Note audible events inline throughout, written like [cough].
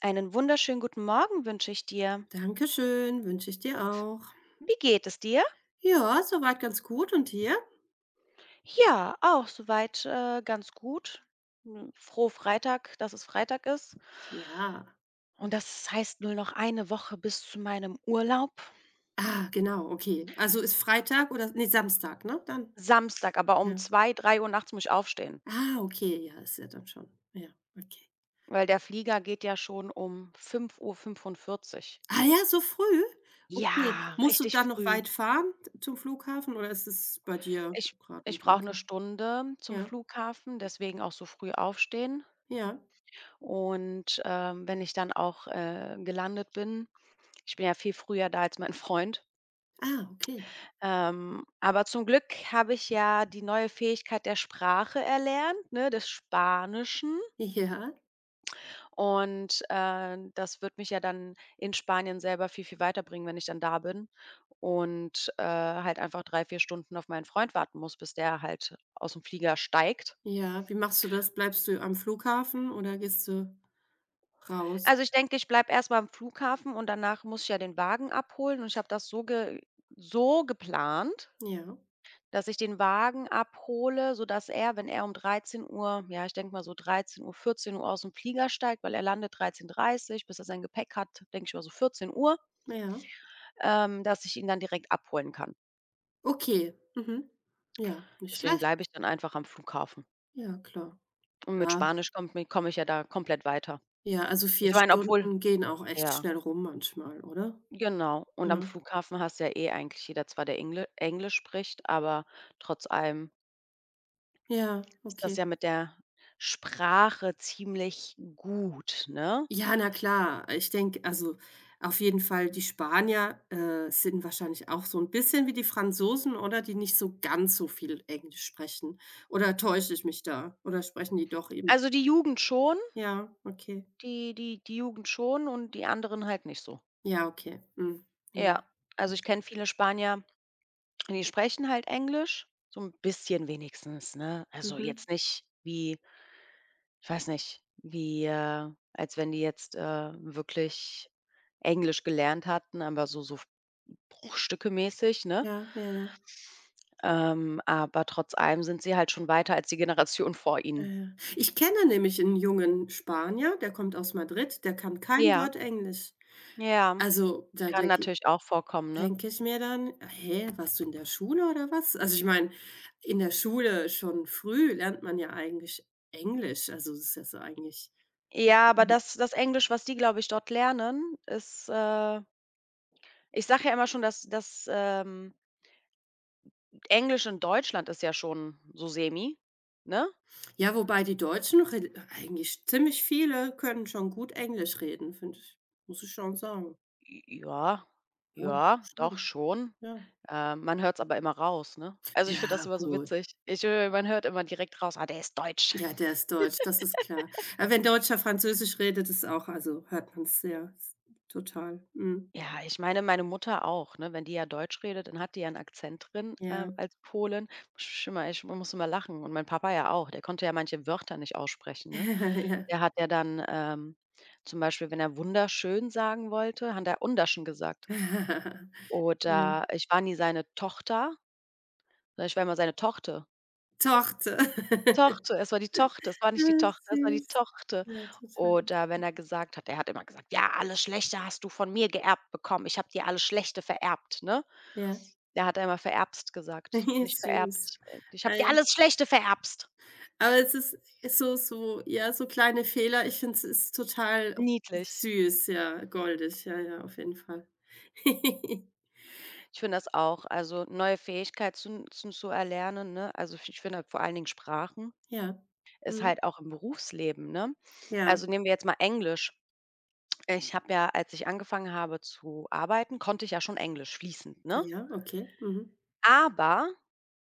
Einen wunderschönen guten Morgen wünsche ich dir. Dankeschön, wünsche ich dir auch. Wie geht es dir? Ja, soweit ganz gut und dir? Ja, auch soweit, ganz gut. Froh Freitag, dass es Freitag ist. Ja. Und das heißt nur noch eine Woche bis zu meinem Urlaub. Ah, genau, okay. Also, ist Freitag oder ne, Samstag, ne, dann? Samstag, aber um Ja. zwei, drei Uhr nachts muss ich aufstehen, Ah, okay, ja, ist ja dann schon. Ja, okay. weil der Flieger geht ja schon um fünf Uhr fünfundvierzig. Ah ja, so früh? Okay. Ja, Musst du richtig dann noch früh. weit fahren zum Flughafen oder ist es bei dir Ich gerade um ich die brauche eine Ecke? Stunde zum Ja, Flughafen, deswegen auch so früh aufstehen. ja. Und, wenn ich dann auch, gelandet bin. Ich bin ja viel früher da als mein Freund. Ah, okay. Aber zum Glück habe ich ja die neue Fähigkeit der Sprache erlernt, ne, des Spanischen. Ja, Und, das wird mich ja dann in Spanien selber viel, viel weiterbringen, wenn ich dann da bin und, halt einfach 3, 4 Stunden auf meinen Freund warten muss, bis der halt aus dem Flieger steigt. ja. Wie machst du das? Bleibst du am Flughafen oder gehst du raus? Also, ich denke, ich bleibe erst mal am Flughafen und danach muss ich ja den Wagen abholen und ich habe das so ge so geplant, Ja, dass ich den Wagen abhole, sodass er, wenn er um dreizehn Uhr, ja, ich denke mal so dreizehn Uhr vierzehn Uhr aus dem Flieger steigt, weil er landet dreizehn Uhr dreißig, bis er sein Gepäck hat, denke ich mal so 14:00, ja. Dass ich ihn dann direkt abholen kann. Okay, mhm. Ja, nicht Deswegen schlecht. bleibe ich dann einfach am Flughafen. Ja, klar. Und mit Ja, Spanisch kommt mi komme komm ich ja da komplett weiter. ja, also Ich 4 meine, obwohl, Stunden gehen auch echt ja, schnell rum manchmal, oder? genau. Und am Ja. Flughafen hast ja eh eigentlich jeder zwar, der Englisch spricht, aber trotz allem Ja, ist das okay. ja mit der Sprache ziemlich gut, ne? Ja, na klar. Ich denke, also, auf jeden Fall die Spanier, sind wahrscheinlich auch so ein bisschen wie die Franzosen, oder? Die nicht so ganz so viel Englisch sprechen. Oder täusche ich mich da? Oder sprechen die doch eben Also, die Jugend schon, ja, okay. die Jugend schon und die anderen halt nicht so. Ja, okay. Mhm. Ja. Ja, also, ich kenne viele Spanier, die sprechen halt Englisch, so ein bisschen wenigstens, ne? Also, Mhm. jetzt nicht wie ich weiß nicht, wie, als wenn die jetzt, wirklich Englisch gelernt hatten, aber so bruchstückemäßig, ne? Ja, ja, ja. Aber trotz allem sind sie halt schon weiter als die Generation vor ihnen. Äh, ich kenne nämlich 'n jungen Spanier, der kommt aus Madrid, der kann kein Ja, Wort Englisch. ja, Also, da kann denke natürlich auch vorkommen, ne? denke ich mir dann: „Hä, warst du in der Schule oder was?" Also, ich meine, in der Schule schon früh lernt man ja eigentlich Englisch, also, das ist ja so eigentlich. Ja, aber Mhm. das Englisch, was die, glaube ich, dort lernen, ist ich sage ja immer schon, dass das Englisch in Deutschland ist ja schon so semi, ne? Ja, wobei die Deutschen rel eigentlich ziemlich viele können schon gut Englisch reden, finde ich, muss ich schon sagen. Ja, Ja, ja, doch schon, schon. ja. Man hört es aber immer raus, ne? Also, ich finde das Ja, immer so gut. witzig. Ich man hört immer direkt raus: „Ah, der ist deutsch.“ Ja, der ist deutsch, das ist klar. Wenn Deutscher Französisch redet, ist auch also, hört man's sehr s total. Mhm. Ja, ich meine, meine Mutter auch, ne? Wenn die ja Deutsch redet, dann hat die ja einen Akzent drin, Ja. Als Polen. Sch immer ich muss immer lachen und mein Papa ja auch, der konnte ja manche Wörter nicht aussprechen, ne? [laughs] Ja. Der hat ja dann, zum Beispiel, wenn er wunderschön sagen wollte, hat er undaschön gesagt. Ja. Oder ich war nie seine Tochter, sondern ich war immer seine Tochter. Torte. [laughs] Tochter. Es war die Tochter. Es war nicht die Ah, Tochter, es war die süß. Tochter. Ja, total. Oder wenn er gesagt hat, er hat immer gesagt: „Ja, alles Schlechte hast du von mir geerbt bekommen. Ich habe dir alles Schlechte vererbt“, ne? Ja, Der hat einmal vererbst gesagt, [laughs] Ja, nicht süß. vererbt. „Ich habe dir Äh, alles Schlechte vererbst.“ aber es ist so ja, so kleine Fehler, ich finde, es ist total Niedlich. süß, ja, goldig, ja, ja, auf jeden Fall. [laughs] Ich finde das auch. Also, neue Fähigkeit zu erlernen, ne? Also, ich finde halt vor allen Dingen Sprachen Ja. ist Mhm. halt auch im Berufsleben, ne? Ja. Also, nehmen wir jetzt mal Englisch. Ich habe ja, als ich angefangen habe zu arbeiten, konnte ich ja schon Englisch fließend, ne? Ja, okay. Mhm. Aber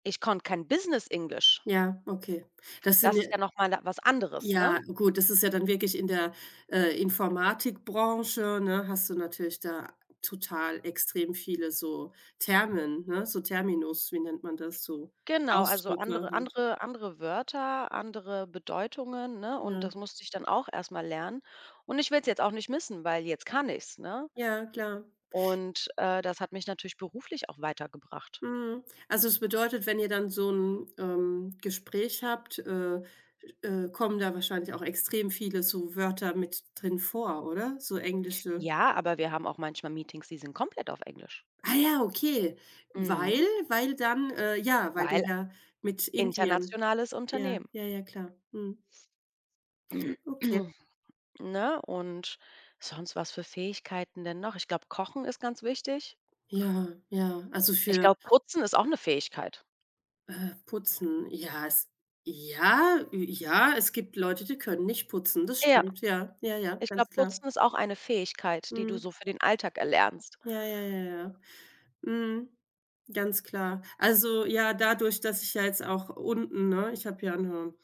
ich konnte kein Business Englisch. Ja, okay. Das sind Das ist ja ja noch mal was anderes, ne? ja, gut, das ist ja dann wirklich in der, Informatikbranche, ne, hast du natürlich da total extrem viele so Termen, ne, so Terminus, wie nennt man das, so Genau, also Ausdrücke andere halt. andere andere Wörter, andere Bedeutungen, ne? Und Ja, das musste ich dann auch erst mal lernen. Und ich will es jetzt auch nicht missen, weil jetzt kann ich's, ne? ja, klar. Und, das hat mich natürlich beruflich auch weitergebracht. Mhm. Also, es bedeutet, wenn ihr dann so ein Gespräch habt, kommen da wahrscheinlich auch extrem viele so Wörter mit drin vor, oder? So englische Ja, aber wir haben auch manchmal Meetings, die sind komplett auf Englisch. Ah ja, okay. Mhm, Weil weil dann ja, weil du weil ja mit Indien internationales ja, Unternehmen, ja, ja, klar. Mhm. Okay. [clears throat] ne? Und sonst was für Fähigkeiten denn noch? Ich glaube, Kochen ist ganz wichtig. Ja, ja, also Ich für, glaube, Putzen ist auch eine Fähigkeit. Putzen, ja, es ja, ja, es gibt Leute, die können nicht putzen, das Ja. stimmt, ja, ja, ja, Ich glaube, ganz klar. Putzen ist auch eine Fähigkeit, die du Mhm. so für den Alltag erlernst. Ja, ja, ja, ja. Mhm. Ganz klar. Also, ja, dadurch, dass ich ja jetzt auch unten, ne ich habe ja eine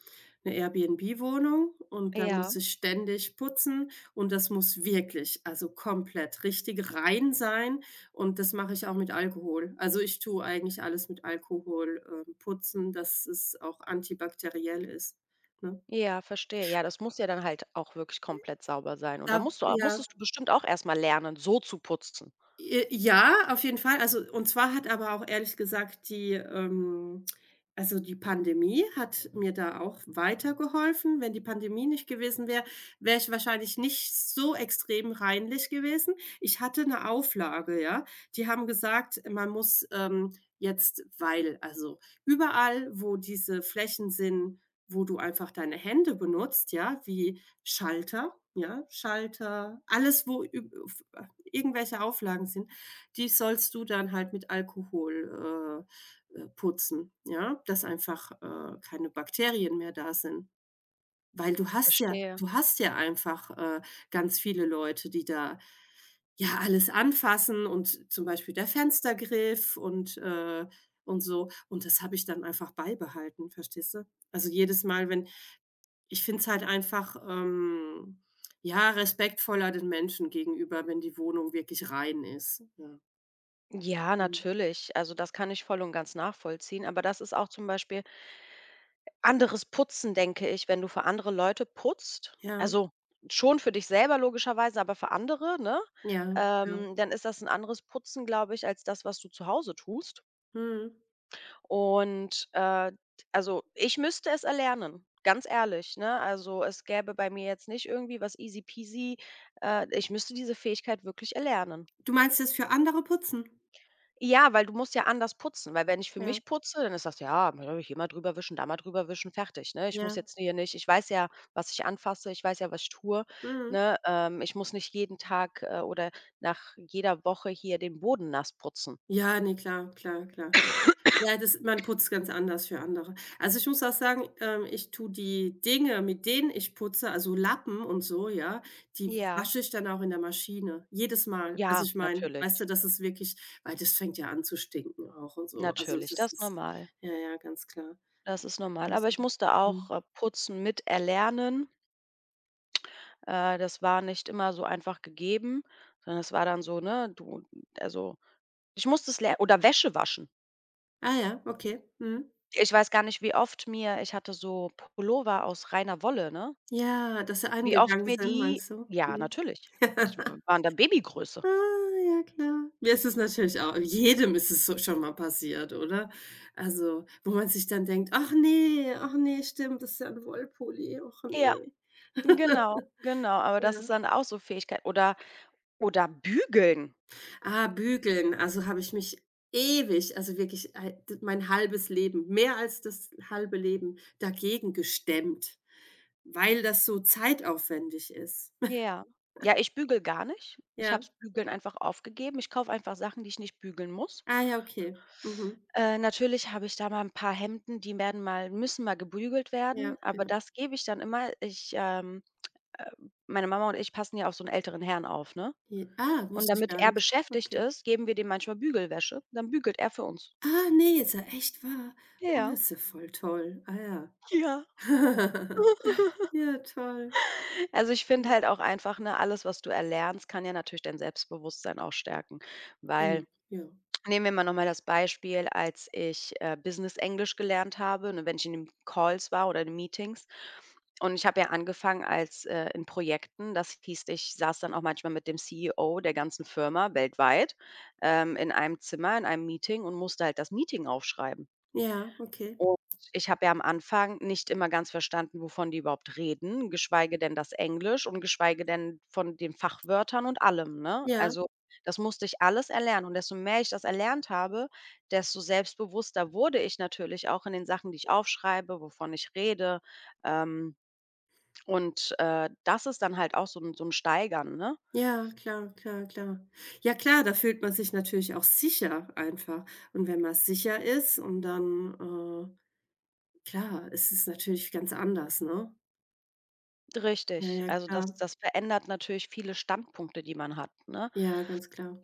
eine Airbnb-Wohnung und da Ja, muss ich ständig putzen und das muss wirklich, also komplett richtig rein sein und das mache ich auch mit Alkohol. Also, ich tue eigentlich alles mit Alkohol, putzen, dass es auch antibakteriell ist, ne? ja, verstehe. Ja, das muss ja dann halt auch wirklich komplett sauber sein. Und da Da ja. musstest du bestimmt auch erstmal lernen, so zu putzen. J ja, auf jeden Fall. Also, und zwar hat aber auch ehrlich gesagt die, also, die Pandemie hat mir da auch weitergeholfen. Wenn die Pandemie nicht gewesen wäre, wäre ich wahrscheinlich nicht so extrem reinlich gewesen. Ich hatte eine Auflage, ja. Die haben gesagt, man muss, jetzt weil also, überall, wo diese Flächen sind, wo du einfach deine Hände benutzt, ja, wie Schalter, ja, Schalter, alles, wo üb irgendwelche Auflagen sind, die sollst du dann halt mit Alkohol, putzen, ja? Dass einfach, keine Bakterien mehr da sind. Weil du hast ja Verstehe. du hast ja einfach, ganz viele Leute, die da, ja, alles anfassen und zum Beispiel der Fenstergriff und so. Und das habe ich dann einfach beibehalten, verstehst du? Also, jedes Mal, wenn ich finde es halt einfach, ja, respektvoller den Menschen gegenüber, wenn die Wohnung wirklich rein ist. Ja, Ja, mhm. natürlich. Also, das kann ich voll und ganz nachvollziehen. Aber das ist auch zum Beispiel anderes Putzen, denke ich, wenn du für andere Leute putzt. Ja, Also, schon für dich selber logischerweise, aber für andere, ne? ja, ja. Dann ist das ein anderes Putzen, glaube ich, als das, was du zu Hause tust. Mhm. Und, also, ich müsste es erlernen, ganz ehrlich, ne? Also, es gäbe bei mir jetzt nicht irgendwie was easy peasy. Ich müsste diese Fähigkeit wirklich erlernen. Du meinst das für andere putzen? Ja, weil du musst ja anders putzen, weil wenn ich für Ja, mich putze, dann ist das ja, ne, hier mal drüber wischen, da mal drüber wischen, fertig, ne? Ich muss ja. jetzt hier nicht. Ich weiß ja, was ich anfasse, ich weiß ja, was ich tue, Mhm. ne? Ich muss nicht jeden Tag, oder nach jeder Woche hier den Boden nass putzen. Ja, ne, klar, klar, klar. Ja, das man putzt ganz anders für andere. Also, ich muss auch sagen, ich tue die Dinge, mit denen ich putze, also Lappen und so, ja, die Ja. wasche ich dann auch in der Maschine, jedes Mal. Also, Ja, ich meine, weißt natürlich, du, das ist wirklich weil das fängt ja an zu stinken auch und so. Also, das natürlich, das ist ist normal. ja, ja, ganz klar. Das ist normal, aber Also, ich musste auch, mhm. Putzen miterlernen. Das war nicht immer so einfach gegeben, sondern es war dann so, ne, du also, ich musste es ler oder Wäsche waschen. Ah ja, okay. Mhm. Ich weiß gar nicht, wie oft mir ich hatte so Pullover aus reiner Wolle, ne? Ja, dass sie Wie oft eingegangen mir sind, die meinst du? ja, Mhm. natürlich. Die [laughs] waren dann Babygröße. Ah, ja klar. Mir ist es natürlich auch jedem ist es so schon mal passiert, oder? Also, wo man sich dann denkt: „Ach ne, ach ne, stimmt, das ist ja 'n Wollpulli, och Ja, ne." genau, [laughs] genau, aber das ist Ja. dann auch so Fähigkeit oder bügeln. Ah, bügeln, also, habe ich mich ewig, also, wirklich ei d mein halbes Leben, mehr als das halbe Leben dagegen gestemmt, weil das so zeitaufwendig ist. [laughs] Ja. Ja, ich bügele gar nicht. Ich habe Ja. das Bügeln einfach aufgegeben. Ich kaufe einfach Sachen, die ich nicht bügeln muss. Ah ja, okay. Mhm. Natürlich habe ich da mal ein paar Hemden, die werden mal müssen mal gebügelt werden, Ja, aber ja. das gebe ich dann immer. Äh meine Mama und ich passen ja auf so 'n älteren Herrn auf, ne? Je Ah, Und wusste ich damit gar er nicht. beschäftigt Okay. ist, geben wir dem manchmal Bügelwäsche, dann bügelt er für uns. Ah, ne, ist ja echt wahr? Oh, Ja, ist ja voll toll. Ah ja. ja. [laughs] [laughs] Ja, toll. Also, ich finde Mhm. halt auch einfach, ne, alles, was du erlernst, kann ja natürlich dein Selbstbewusstsein auch stärken, Ja, weil. ja. Nehmen wir mal noch mal das Beispiel, als ich, Business-Englisch gelernt habe, ne, wenn ich in den Calls war oder in den Meetings. Und ich habe ja angefangen als in Projekten. Das hieß, ich saß dann auch manchmal mit dem CEO der ganzen Firma weltweit, in einem Zimmer, in einem Meeting und musste halt das Meeting aufschreiben. Ja, okay. Und ich habe ja am Anfang nicht immer ganz verstanden, wovon die überhaupt reden, geschweige denn das Englisch und geschweige denn von den Fachwörtern und allem, ne? Ja, Also, das musste ich alles erlernen und desto mehr ich das erlernt habe, desto selbstbewusster wurde ich natürlich auch in den Sachen, die ich aufschreibe, wovon ich rede. Ähm, und, das ist dann halt auch so 'n Steigern, ne? ja, klar, klar, klar. Ja klar, da fühlt man sich natürlich auch sicher einfach. Und wenn man sicher ist und dann, äh, klar, ist es natürlich ganz anders, ne? Ja, Richtig. ja, Also, das klar. das verändert natürlich viele Standpunkte, die man hat, ne? Ja, ganz klar.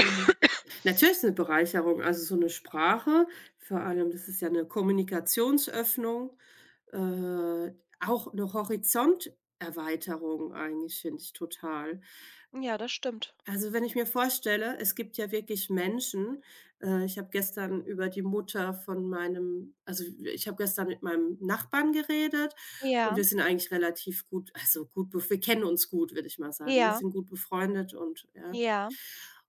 Mhm. Natürlich ist 'ne Bereicherung, also so eine Sprache, vor allem das ist ja eine Kommunikationsöffnung. Äh, auch 'ne Horizonterweiterung eigentlich, finde ich total. Ja, das stimmt. Also, wenn ich mir vorstelle, es gibt ja wirklich Menschen. Ich habe gestern über die Mutter von meinem also, ich habe gestern mit meinem Nachbarn geredet und Ja, wir sind eigentlich relativ gut also, gut bef wir kennen uns gut, würde ich mal sagen. Wir ja, sind gut befreundet und ja. ja.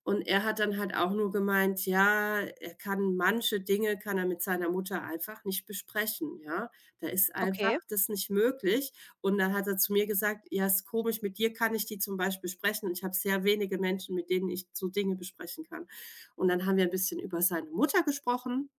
Und er hat dann halt auch nur gemeint, ja, er kann manche Dinge kann er mit seiner Mutter einfach nicht besprechen, ja. Da ist einfach Okay, das nicht möglich. Und dann hat er zu mir gesagt: „Ja, ist komisch, mit dir kann ich die zum Beispiel sprechen und ich habe sehr wenige Menschen, mit denen ich so Dinge besprechen kann." Und dann haben wir ein bisschen über seine Mutter gesprochen.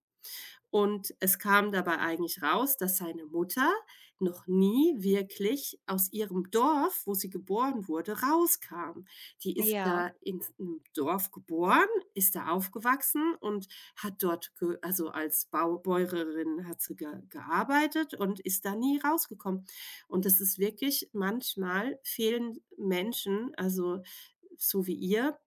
Und es kam dabei eigentlich raus, dass seine Mutter noch nie wirklich aus ihrem Dorf, wo sie geboren wurde, rauskam. Die ist ja, da in 'nem Dorf geboren, ist da aufgewachsen und hat dort ge also, als Bau Bäuerin hat sie ge gearbeitet und ist da nie rausgekommen. Und das ist wirklich manchmal fehlen Menschen, also so wie ihr,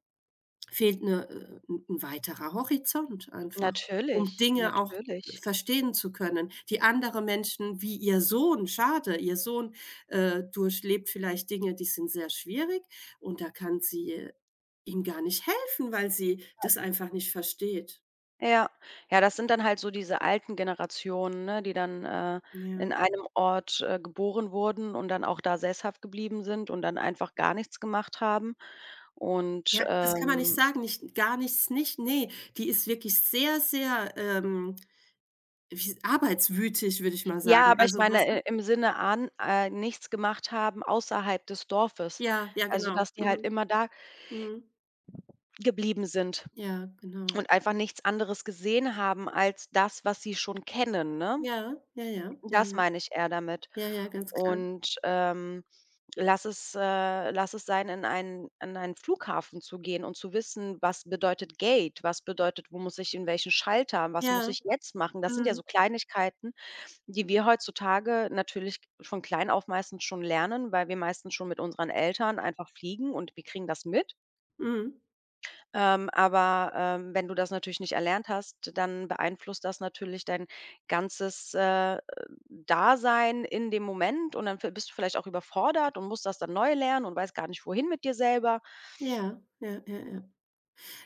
fehlt 'ne 'n weiterer Horizont einfach, um natürlich, Dinge auch natürlich. verstehen zu können, die andere Menschen wie ihr Sohn schade, ihr Sohn, durchlebt vielleicht Dinge, die sind sehr schwierig und da kann sie, ihm gar nicht helfen, weil sie das einfach nicht versteht. Ja. Ja, das sind dann halt so diese alten Generationen, ne, die dann, in Ja. einem Ort, geboren wurden und dann auch da sesshaft geblieben sind und dann einfach gar nichts gemacht haben. Und, Ja, das kann man nicht ähm sagen, nicht gar nichts nicht, ne. Die ist wirklich sehr, sehr, wie arbeitswütig, würde ich mal ja, sagen. aber ich Also, meine, weißt du? Im Sinne an nichts gemacht haben außerhalb des Dorfes. Ja, ja, Also, genau. dass die halt Mhm, immer da mhm. geblieben sind Ja, genau. und einfach nichts anderes gesehen haben als das, was sie schon kennen, ne? Ja, ja, ja, ja, Das ja. meine ich eher damit. Ja, ja, ganz klar. Und, lass es sein, in einen Flughafen zu gehen und zu wissen, was bedeutet Gate, was bedeutet, wo muss ich in welchen Schalter, was muss Ja, ich jetzt machen? Das sind ja mhm, so Kleinigkeiten, die wir heutzutage natürlich von klein auf meistens schon lernen, weil wir meistens schon mit unseren Eltern einfach fliegen und wir kriegen das mit. mhm. Aber wenn du das natürlich nicht erlernt hast, dann beeinflusst das natürlich dein ganzes, Dasein in dem Moment und dann vi bist du vielleicht auch überfordert und musst das dann neu lernen und weißt gar nicht, wohin mit dir selber. Ja, ja, ja, ja.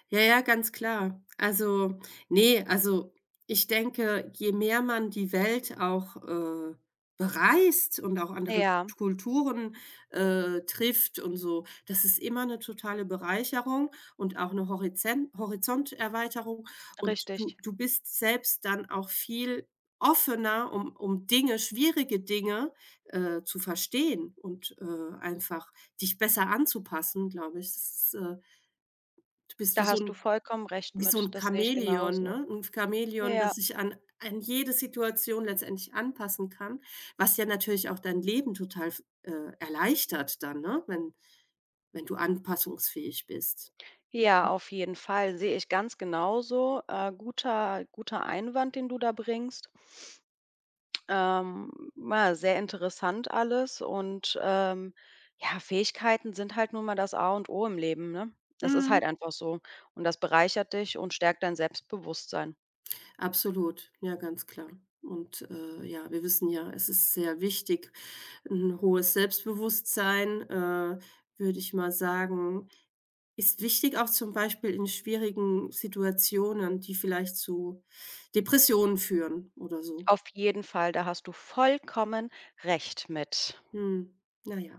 Ja, ja, ganz klar. Also, ne, also, ich denke, je mehr man die Welt auch, bereist und auch andere K Ja, Kulturen, trifft und so, das ist immer eine totale Bereicherung und auch eine Horizonterweiterung und richtig. du bist selbst dann auch viel offener, um Dinge, schwierige Dinge, zu verstehen und, einfach dich besser anzupassen, glaube ich. Das ist, du bist wie Da so hast du 'n vollkommen recht wie so mit. ein Das sehe ich Chamäleon, genauso. ne? Ein Chamäleon, das Ja. sich an jede Situation letztendlich anpassen kann, was ja natürlich auch dein Leben total f erleichtert dann, ne, wenn du anpassungsfähig bist. Ja, Mhm. auf jeden Fall, sehe ich ganz genauso. Guter Einwand, den du da bringst. Ja, sehr interessant alles und, ja, Fähigkeiten sind halt nun mal das A und O im Leben, ne? Das ist Mhm. halt einfach so und das bereichert dich und stärkt dein Selbstbewusstsein. Absolut, ja, ganz klar. Und, ja, wir wissen ja, es ist sehr wichtig. Ein hohes Selbstbewusstsein, würde ich mal sagen, ist wichtig auch zum Beispiel in schwierigen Situationen, die vielleicht zu Depressionen führen oder so. Auf jeden Fall, da hast du vollkommen recht mit. Mhm, na ja.